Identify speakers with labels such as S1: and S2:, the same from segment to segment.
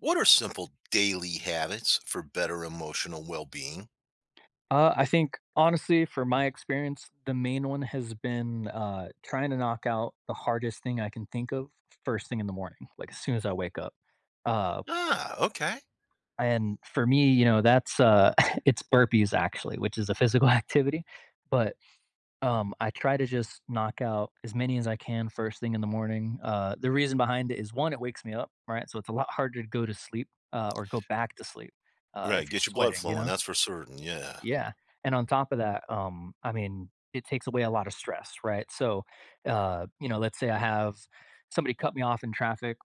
S1: What are simple daily habits for better emotional well being?
S2: I think honestly, for my experience, the main one has been trying to knock out the hardest thing I can think of first thing in the morning, like as soon as I wake up. Uh,
S1: Ah, okay.
S2: and for me, you know, that's it's burpees actually, which is a physical activity. But I try to just knock out as many as I can first thing in the morning. The reason behind it is one, it wakes me up, right? So it's a lot harder to go to sleep or go back to sleep
S1: Right.
S2: if you're
S1: Get your blood
S2: sweating, you
S1: flowing.
S2: know.
S1: That's for certain. Yeah.
S2: Yeah, and on top of that, I mean, it takes away a lot of stress, right? So, you know, let's say I have somebody cut me off in traffic.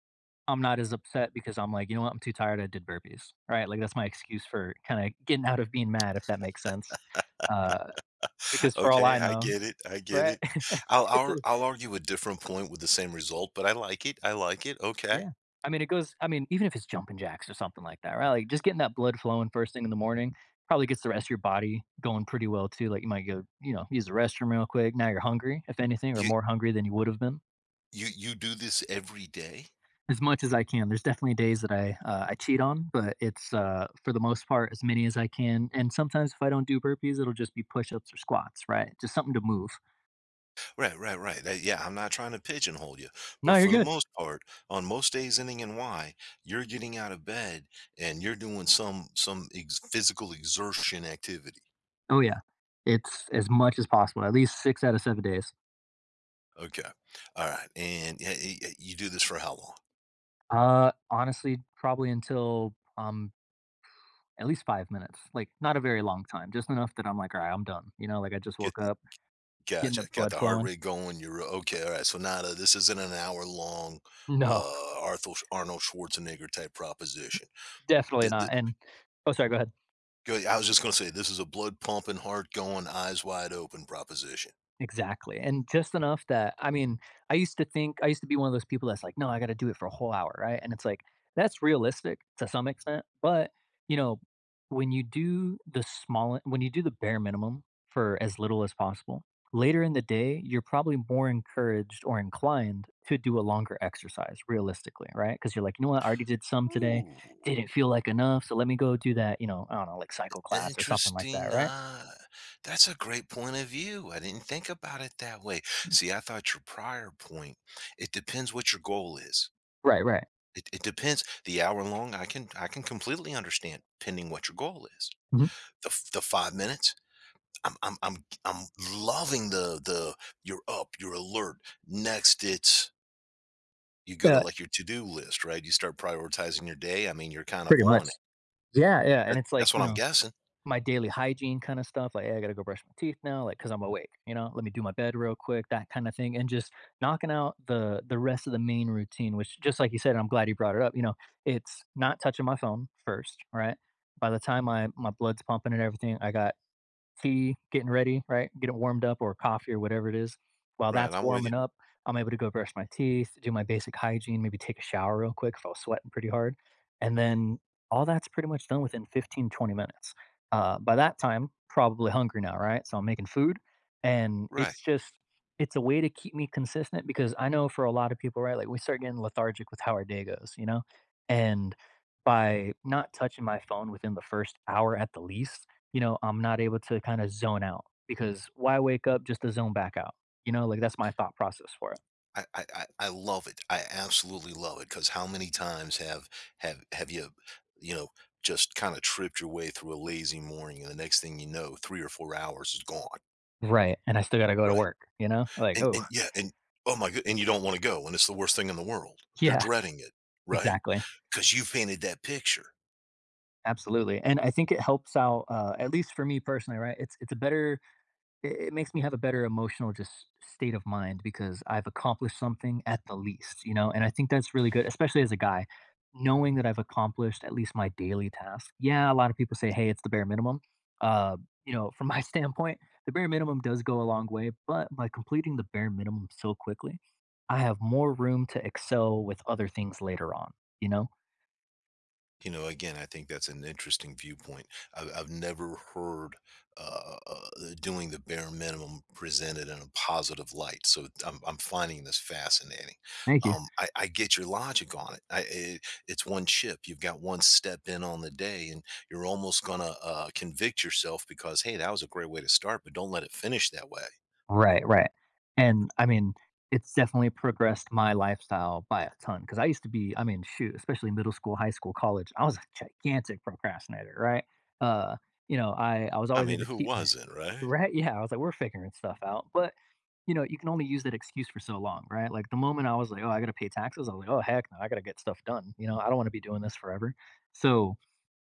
S2: I'm not as upset because I'm like, you know what? I'm too tired. I did burpees, right? Like that's my excuse for kind of getting out of being mad, if that makes sense. Uh, because for all
S1: Okay.
S2: I
S1: I
S2: know,
S1: get it. I get
S2: right?
S1: it. I'll,
S2: it's
S1: I'll,
S2: a
S1: I'll argue a different point with the same result, but I like it. I like it. Okay.
S2: Yeah. I mean, it goes I mean, even if it's jumping jacks or something like that, right? Like, just getting that blood flowing first thing in the morning probably gets the rest of your body going pretty well too. Like, you might go, you know, use the restroom real quick. Now you're hungry, if anything, or
S1: You,
S2: more hungry than you would have been.
S1: you do this every day.
S2: As much as I can, there's definitely days that I cheat on, but it's for the most part as many as I can. And sometimes if I don't do burpees, it'll just be push-ups or squats, right? Just something to move.
S1: Right. Right. Right. Yeah. I'm not trying to pigeonhole you, but
S2: No, you're
S1: for the
S2: good.
S1: most part, on most days ending in Y, you're getting out of bed and you're doing some physical exertion activity.
S2: Oh yeah, it's as much as possible. At least six out of 7 days.
S1: Okay. All right. And you do this for how long?
S2: Honestly, probably until I'm at least 5 minutes, like, not a very long time, just enough that I'm like, "Alright, I'm done," you know, like, I just
S1: Get
S2: woke
S1: the,
S2: up, getting the
S1: gotcha. Got
S2: blood
S1: the heart
S2: flowing.
S1: rate going. You're okay. All right. So now that this isn't an hour long,
S2: No,
S1: Arthur Arnold Schwarzenegger type proposition.
S2: definitely
S1: The, the,
S2: not, and oh, sorry, go ahead.
S1: I was just going to say this is a blood pumping, heart going, eyes wide open proposition.
S2: Exactly, and just enough that I mean, I used to be one of those people that's like, "No, I gotta do it for a whole hour," right? And it's like, that's realistic to some extent, but, you know, when you do the bare minimum for as little as possible, later in the day, you're probably more encouraged or inclined to do a longer exercise realistically, right? Because 'Cause you're like, "You know what? I already did some today,
S1: Ooh,
S2: didn't feel like enough, so let me go do that," you know, I don't know, like cycle class or something like that,
S1: interesting.
S2: right?
S1: That's a great point of view. I didn't think about it that way. See, I thought your prior point. It depends what your goal is.
S2: Right, right.
S1: It depends. The hour long, I can completely understand pending what your goal is.
S2: Mhm.
S1: The 5 minutes, I'm loving the you're up, you're alert. Next, it's you go to,
S2: Yeah,
S1: like, your to-do list, right? You start prioritizing your day. I mean, you're kind of
S2: pretty
S1: on it.
S2: much. Yeah, yeah, and
S1: That
S2: it's like,
S1: that's
S2: you
S1: what I'm
S2: know,
S1: guessing.
S2: my daily hygiene kinda stuff, like, "Hey, I gotta go brush my teeth now, like, because 'cause I'm awake," you know? "Let me do my bed real quick," that kinda thing, and just knocking out the rest of the main routine, which just like you said, I'm glad you brought it up, you know, it's not touching my phone first, right? By the time my blood's pumping and everything, I got tea, getting ready, right? Get it warmed up or coffee or whatever it is. While
S1: Right,
S2: that's
S1: I'm with you.
S2: warming up, I'm able to go brush my teeth, do my basic hygiene, maybe take a shower real quick if I was sweating pretty hard. And then all that's pretty much done within 15, 20 minutes. By that time, probably hungry now, right? So I'm making food and
S1: Right.
S2: it's just, it's a way to keep me consistent because I know for a lot of people, right? Like we start getting lethargic with how our day goes, you know? And by not touching my phone within the first hour at the least, you know, I'm not able to kinda zone out because why wake up just to zone back out? You know, like, that's my thought process for it.
S1: I love it. I absolutely love it. Because how many times have you, you know, just kinda tripped your way through a lazy morning, and the next thing you know, 3 or 4 hours is gone?
S2: Right. And I still gotta go to
S1: Right,
S2: work, you know? Like,
S1: and
S2: "Oh,
S1: and yeah, and oh my good and you don't wanna go, and it's the worst thing in the world. You're
S2: yeah,
S1: dreading it, right?
S2: exactly.
S1: Because you painted that picture.
S2: Absolutely." And I think it helps out, at least for me personally, right? It's a better It makes me have a better emotional just state of mind because I've accomplished something at the least, you know? And I think that's really good, especially as a guy, knowing that I've accomplished at least my daily task. Yeah, a lot of people say, hey, it's the bare minimum. Uh, you know, from my standpoint, the bare minimum does go a long way, but by completing the bare minimum so quickly, I have more room to excel with other things later on, you know?
S1: You know, again, I think that's an interesting viewpoint. I've never heard uh, uh, doing the bare minimum presented in a positive light. So I'm finding this fascinating.
S2: Thank you.
S1: I get your logic on it. It's one chip. You've got one step in on the day, and you're almost going to convict yourself because, hey, that was a great way to start, but don't let it finish that way.
S2: Right, right, and, I mean, it's definitely progressed my lifestyle by a ton. Because I used to be I mean, shoot, especially middle school, high school, college, I was a gigantic procrastinator, right? Uh, you know, I was
S1: I
S2: always
S1: mean,
S2: able to
S1: who
S2: keep my
S1: wasn't, right?
S2: Right, yeah, I was like, "We're figuring stuff out," but, you know, you can only use that excuse for so long, right? Like, the moment I was like, "Oh, I gotta pay taxes," I was like, "Oh, heck no, I gotta get stuff done," you know? I don't wanna be doing this forever, so,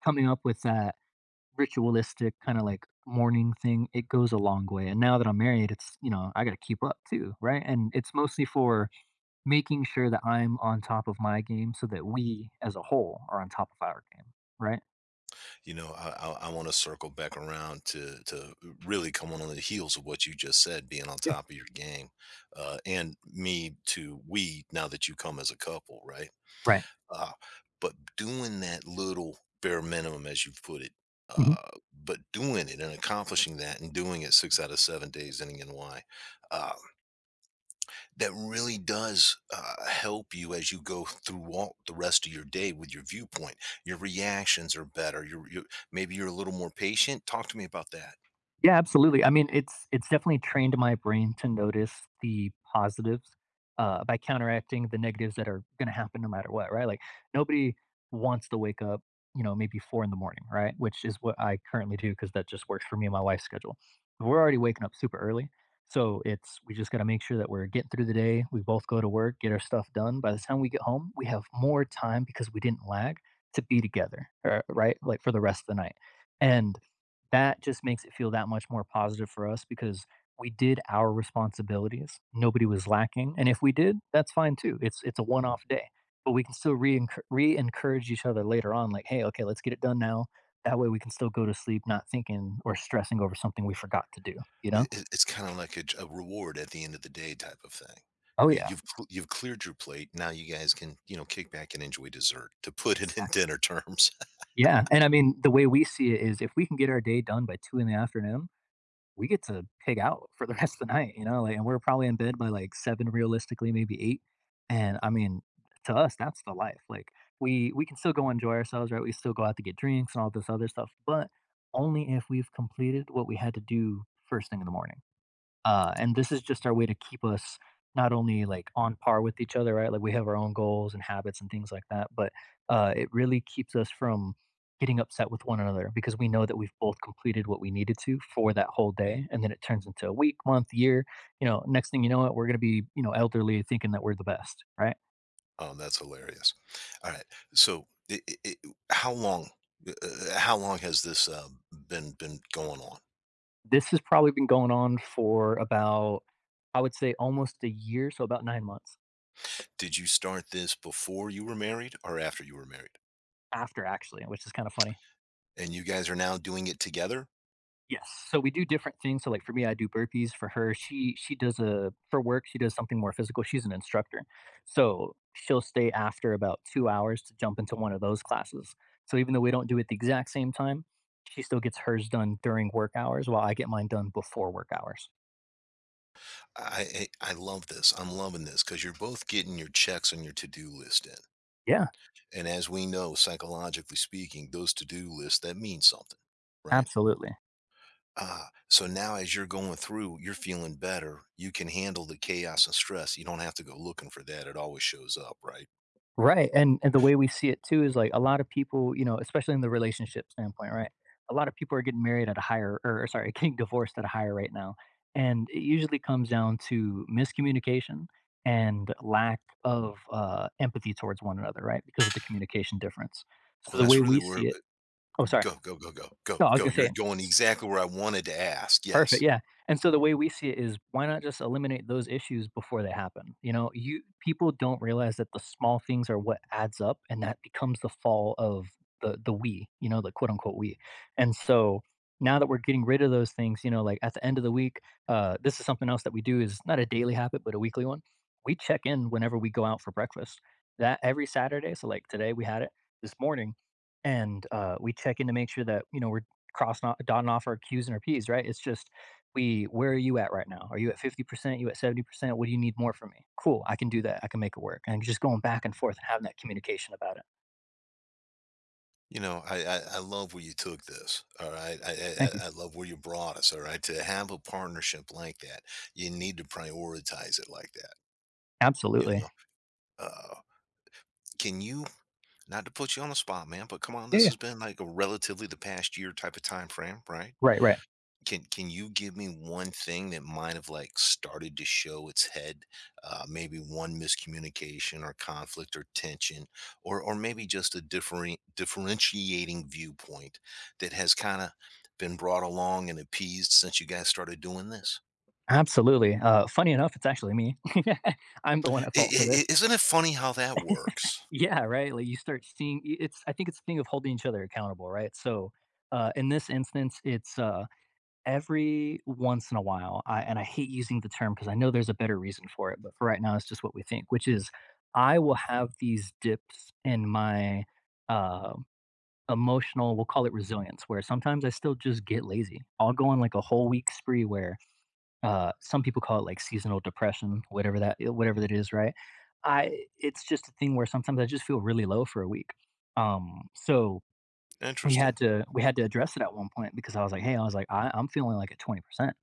S2: coming up with that ritualistic kind of like morning thing, it goes a long way. And now that I'm married, it's, you know, I got to keep up too, right? And it's mostly for making sure that I'm on top of my game so that we as a whole are on top of our game, right?
S1: I want to circle back around to really come on the heels of what you just said, being on
S2: Yeah.
S1: top of your game, uh, and me to we, now that you come as a couple, right,
S2: Right.
S1: uh, but doing that little bare minimum, as you put it,
S2: Mm-hmm.
S1: uh, but doing it and accomplishing that and doing it six out of 7 days ending in Y, that really does help you as you go through all the rest of your day with your viewpoint. Your reactions are better. You're, you Maybe you're a little more patient. Talk to me about that.
S2: Yeah, absolutely. I mean, it's definitely trained my brain to notice the positives by counteracting the negatives that are going to happen no matter what, right? Like nobody wants to wake up, you know, maybe 4 in the morning, right? Which is what I currently do because that just works for me and my wife's schedule. We're already waking up super early, so it's we just got to make sure that we're getting through the day. We both go to work, get our stuff done. By the time we get home, we have more time because we didn't lag to be together, right? Like for the rest of the night, and that just makes it feel that much more positive for us because we did our responsibilities. Nobody was lacking, and if we did, that's fine too. It's a one-off day, but we can still re re-encourage each other later on. Like, hey, okay, let's get it done now. That way, we can still go to sleep not thinking or stressing over something we forgot to do. You know?
S1: It's kind of like a reward at the end of the day type of thing.
S2: Oh yeah,
S1: You've cleared your plate. Now you guys can, you know, kick back and enjoy dessert. To put it in
S2: exactly.
S1: dinner terms,
S2: Yeah, and I mean, the way we see it is, if we can get our day done by two in the afternoon, we get to pig out for the rest of the night, you know, like, and we're probably in bed by like seven, realistically, maybe eight. And I mean, to us, that's the life. Like we can still go enjoy ourselves, right? We still go out to get drinks and all this other stuff, but only if we've completed what we had to do first thing in the morning. And this is just our way to keep us not only like on par with each other, right? Like we have our own goals and habits and things like that, but it really keeps us from getting upset with one another because we know that we've both completed what we needed to for that whole day and then it turns into a week month year you know next thing you know it we're going to be you know elderly thinking that we're the best right
S1: that's hilarious. All right, so i i i- how long how long has this been going on?
S2: this has probably been going on for about I would say almost a year so about 9 months
S1: Did you start this before you were married or after you were married?
S2: after actually which is kind of funny
S1: And you guys are now doing it together?
S2: Yes. So we do different things. So like for me, I do burpees. For her, she does a for work, she does something more physical. She's an instructor. So she'll stay after about 2 hours to jump into one of those classes. So even though we don't do it the exact same time, she still gets hers done during work hours while I get mine done before work hours.
S1: I love this. I'm loving this because you're both getting your checks on your to-do list in.
S2: Yeah,
S1: And as we know, psychologically speaking, those to-do lists, that means something, right?
S2: absolutely.
S1: Ah, so now as you're going through, you're feeling better. You can handle the chaos and stress. You don't have to go looking for that. It always shows up, right?
S2: Right, and the way we see it too is like a lot of people, you know, especially in the relationship standpoint, right? A lot of people are getting married at a higher, or sorry, getting divorced at a higher rate now, and it usually comes down to miscommunication and lack of empathy towards one another, right? Because of the communication difference. So
S1: Well,
S2: the
S1: that's
S2: way
S1: really
S2: we
S1: where
S2: see it, oh, sorry,
S1: go,
S2: no, I was
S1: go.
S2: gonna
S1: You're
S2: say.
S1: going exactly where I wanted to ask. Yes.
S2: Perfect, yeah, and so the way we see it is why not just eliminate those issues before they happen, you know? You people don't realize that the small things are what adds up, and that becomes the fall of the "we," you know, the quote, unquote "we," and so now that we're getting rid of those things, you know, like, at the end of the week, this is something else that we do is not a daily habit, but a weekly one. We check in whenever we go out for breakfast. That every Saturday so, like, today we had it this morning, and, we check in to make sure that, you know, we're crossing off, dotting off our Q's and our P's, right? It's just we, where are you at right now? Are you at 50%? You at 70%? What do you need more from me? Cool. I can do that. I can make it work. And just going back and forth and having that communication about it.
S1: You know, I love where you took this. All right.
S2: Thank you.
S1: I love where you brought us. All right. To have a partnership like that, you need to prioritize it like that. You know,
S2: Absolutely.
S1: uh, can you, not to put you on the spot, man, but come on,
S2: Yeah,
S1: this
S2: yeah.
S1: has been like a relatively the past year type of time frame, right?
S2: Right. Right.
S1: Can you give me one thing that might have like started to show its head? Maybe one miscommunication or conflict or tension, or maybe just a different differentiating viewpoint that has kind of been brought along and appeased since you guys started doing this.
S2: Absolutely. Funny enough, it's actually me. I'm the one at
S1: I, I,
S2: fault for this.
S1: isn't it funny how that works?
S2: Yeah. Right. Like you start seeing it's, I think it's a thing of holding each other accountable. Right. So, in this instance, it's, every once in a while, I, and I hate using the term because I know there's a better reason for it, but for right now, it's just what we think, which is I will have these dips in my uh, emotional, we'll call it resilience, where sometimes I still just get lazy. I'll go on like a whole week spree where some people call it like seasonal depression, whatever that, whatever that is, right? I, it's just a thing where sometimes I just feel really low for a week. So we
S1: Interesting.
S2: had to we had to address it at one point because I was like, "Hey," I was like, I, "I'm feeling like at 20%,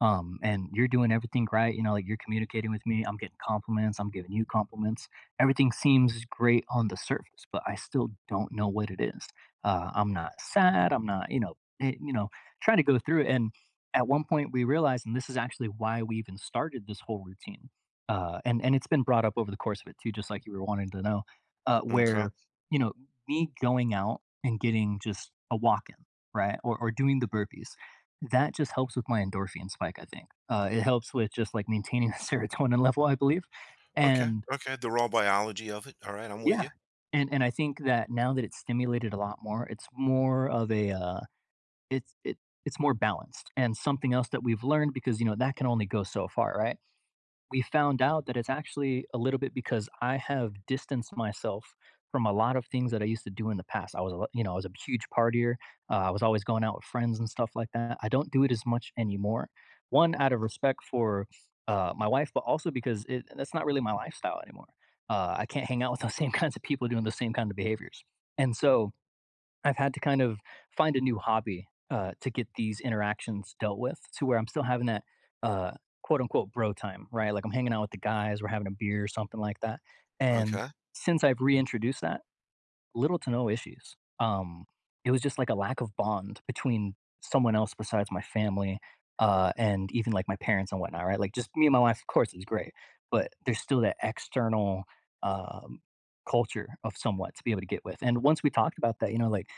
S2: and you're doing everything right. You know, like you're communicating with me. I'm getting compliments. I'm giving you compliments. Everything seems great on the surface, but I still don't know what it is. I'm not sad. I'm not, you know, it, you know, trying to go through it. And at one point, we realized, and this is actually why we even started this whole routine. And it's been brought up over the course of it too, just like you were wanting to know,
S1: Okay.
S2: where you know me going out and getting just a walk in, right? Or doing the burpees. That just helps with my endorphin spike, I think. It helps with just like maintaining the serotonin level, I believe.
S1: Okay.
S2: And
S1: Okay. The raw biology of it. All right. I'm with
S2: yeah,
S1: you.
S2: and I think that now that it's stimulated a lot more, it's more of a it's it it's more balanced and something else that we've learned because you know that can only go so far, right? We found out that it's actually a little bit because I have distanced myself from a lot of things that I used to do in the past. I was, you know, I was a huge partier. I was always going out with friends and stuff like that. I don't do it as much anymore. One, out of respect for my wife, but also because it, that's not really my lifestyle anymore. I can't hang out with those same kinds of people doing the same kind of behaviors. And so, I've had to kind of find a new hobby to get these interactions dealt with to where I'm still having that uh, quote unquote bro time, right? Like I'm hanging out with the guys, we're having a beer or something like that. And
S1: Okay.
S2: since I've reintroduced that, little to no issues. It was just like a lack of bond between someone else besides my family and even like my parents and whatnot, right? Like just me and my wife, of course, is great, but there's still that external um, culture of somewhat to be able to get with. And once we talked about that, you know, like,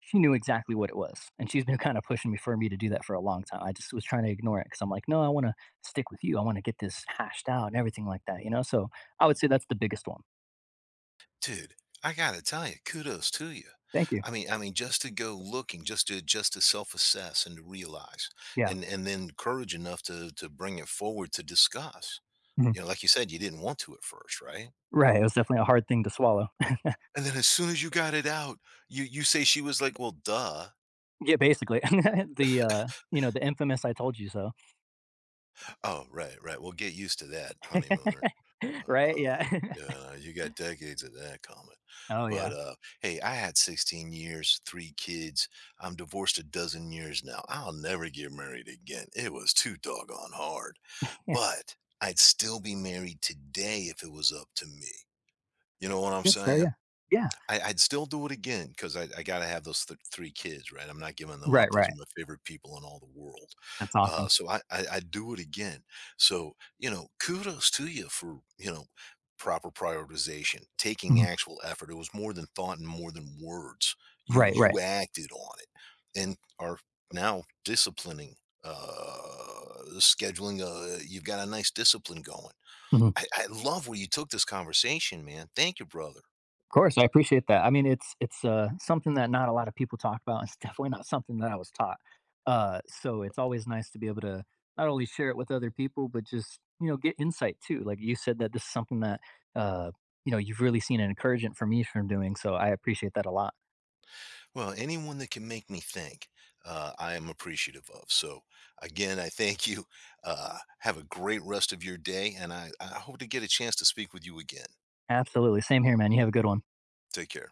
S2: she knew exactly what it was, and she's been kinda pushing me for me to do that for a long time. I just was trying to ignore it because 'cause I'm like, "No, I wanna stick with you. I wanna get this hashed out and everything like that," you know? So, I would say that's the biggest one.
S1: Dude, I gotta tell you, kudos to you.
S2: Thank you.
S1: I mean, just to go looking, just to self-assess and to realize,
S2: Yeah.
S1: and then courage enough to bring it forward to discuss.
S2: Mhm.
S1: You know, like you said, you didn't want to at first, right?
S2: Right, it was definitely a hard thing to swallow.
S1: And then as soon as you got it out, you say she was like, "Well, duh."
S2: Yeah, basically. The, you know, the infamous "I told you so."
S1: Oh, right, right. Well, get used to that, honeymooner.
S2: Right?
S1: Uh
S2: Yeah.
S1: Yeah, you got decades of that coming.
S2: Oh,
S1: But,
S2: yeah.
S1: hey, I had 16 years, 3 kids. I'm divorced a dozen years now. I'll never get married again. It was too doggone hard.
S2: Yeah.
S1: But I'd still be married today if it was up to me. You know what I'm
S2: That's fair,
S1: saying?
S2: yeah. Yeah.
S1: I'd still do it again because I got to have 3 kids, right? I'm not giving them up.
S2: Right,
S1: Those are
S2: right.
S1: my favorite people in all the world.
S2: That's awesome.
S1: So I do it again. So, you know, kudos to you for, you know, proper prioritization, taking
S2: Mhm.
S1: actual effort. It was more than thought and more than words.
S2: Right,
S1: You
S2: right.
S1: acted on it and are now disciplining, scheduling. You've got a nice discipline going.
S2: Mhm.
S1: I love where you took this conversation, man. Thank you, brother.
S2: Of course, I appreciate that. I mean, it's something that not a lot of people talk about. It's definitely not something that I was taught. So it's always nice to be able to not only share it with other people, but just, you know, get insight too. Like you said that this is something that, uh, you know, you've really seen an encouragement for me from doing, so I appreciate that a lot.
S1: Well, anyone that can make me think, I am appreciative of. So, again, I thank you. Have a great rest of your day, and I hope to get a chance to speak with you again.
S2: Absolutely, same here, man. You have a good one.
S1: Take care.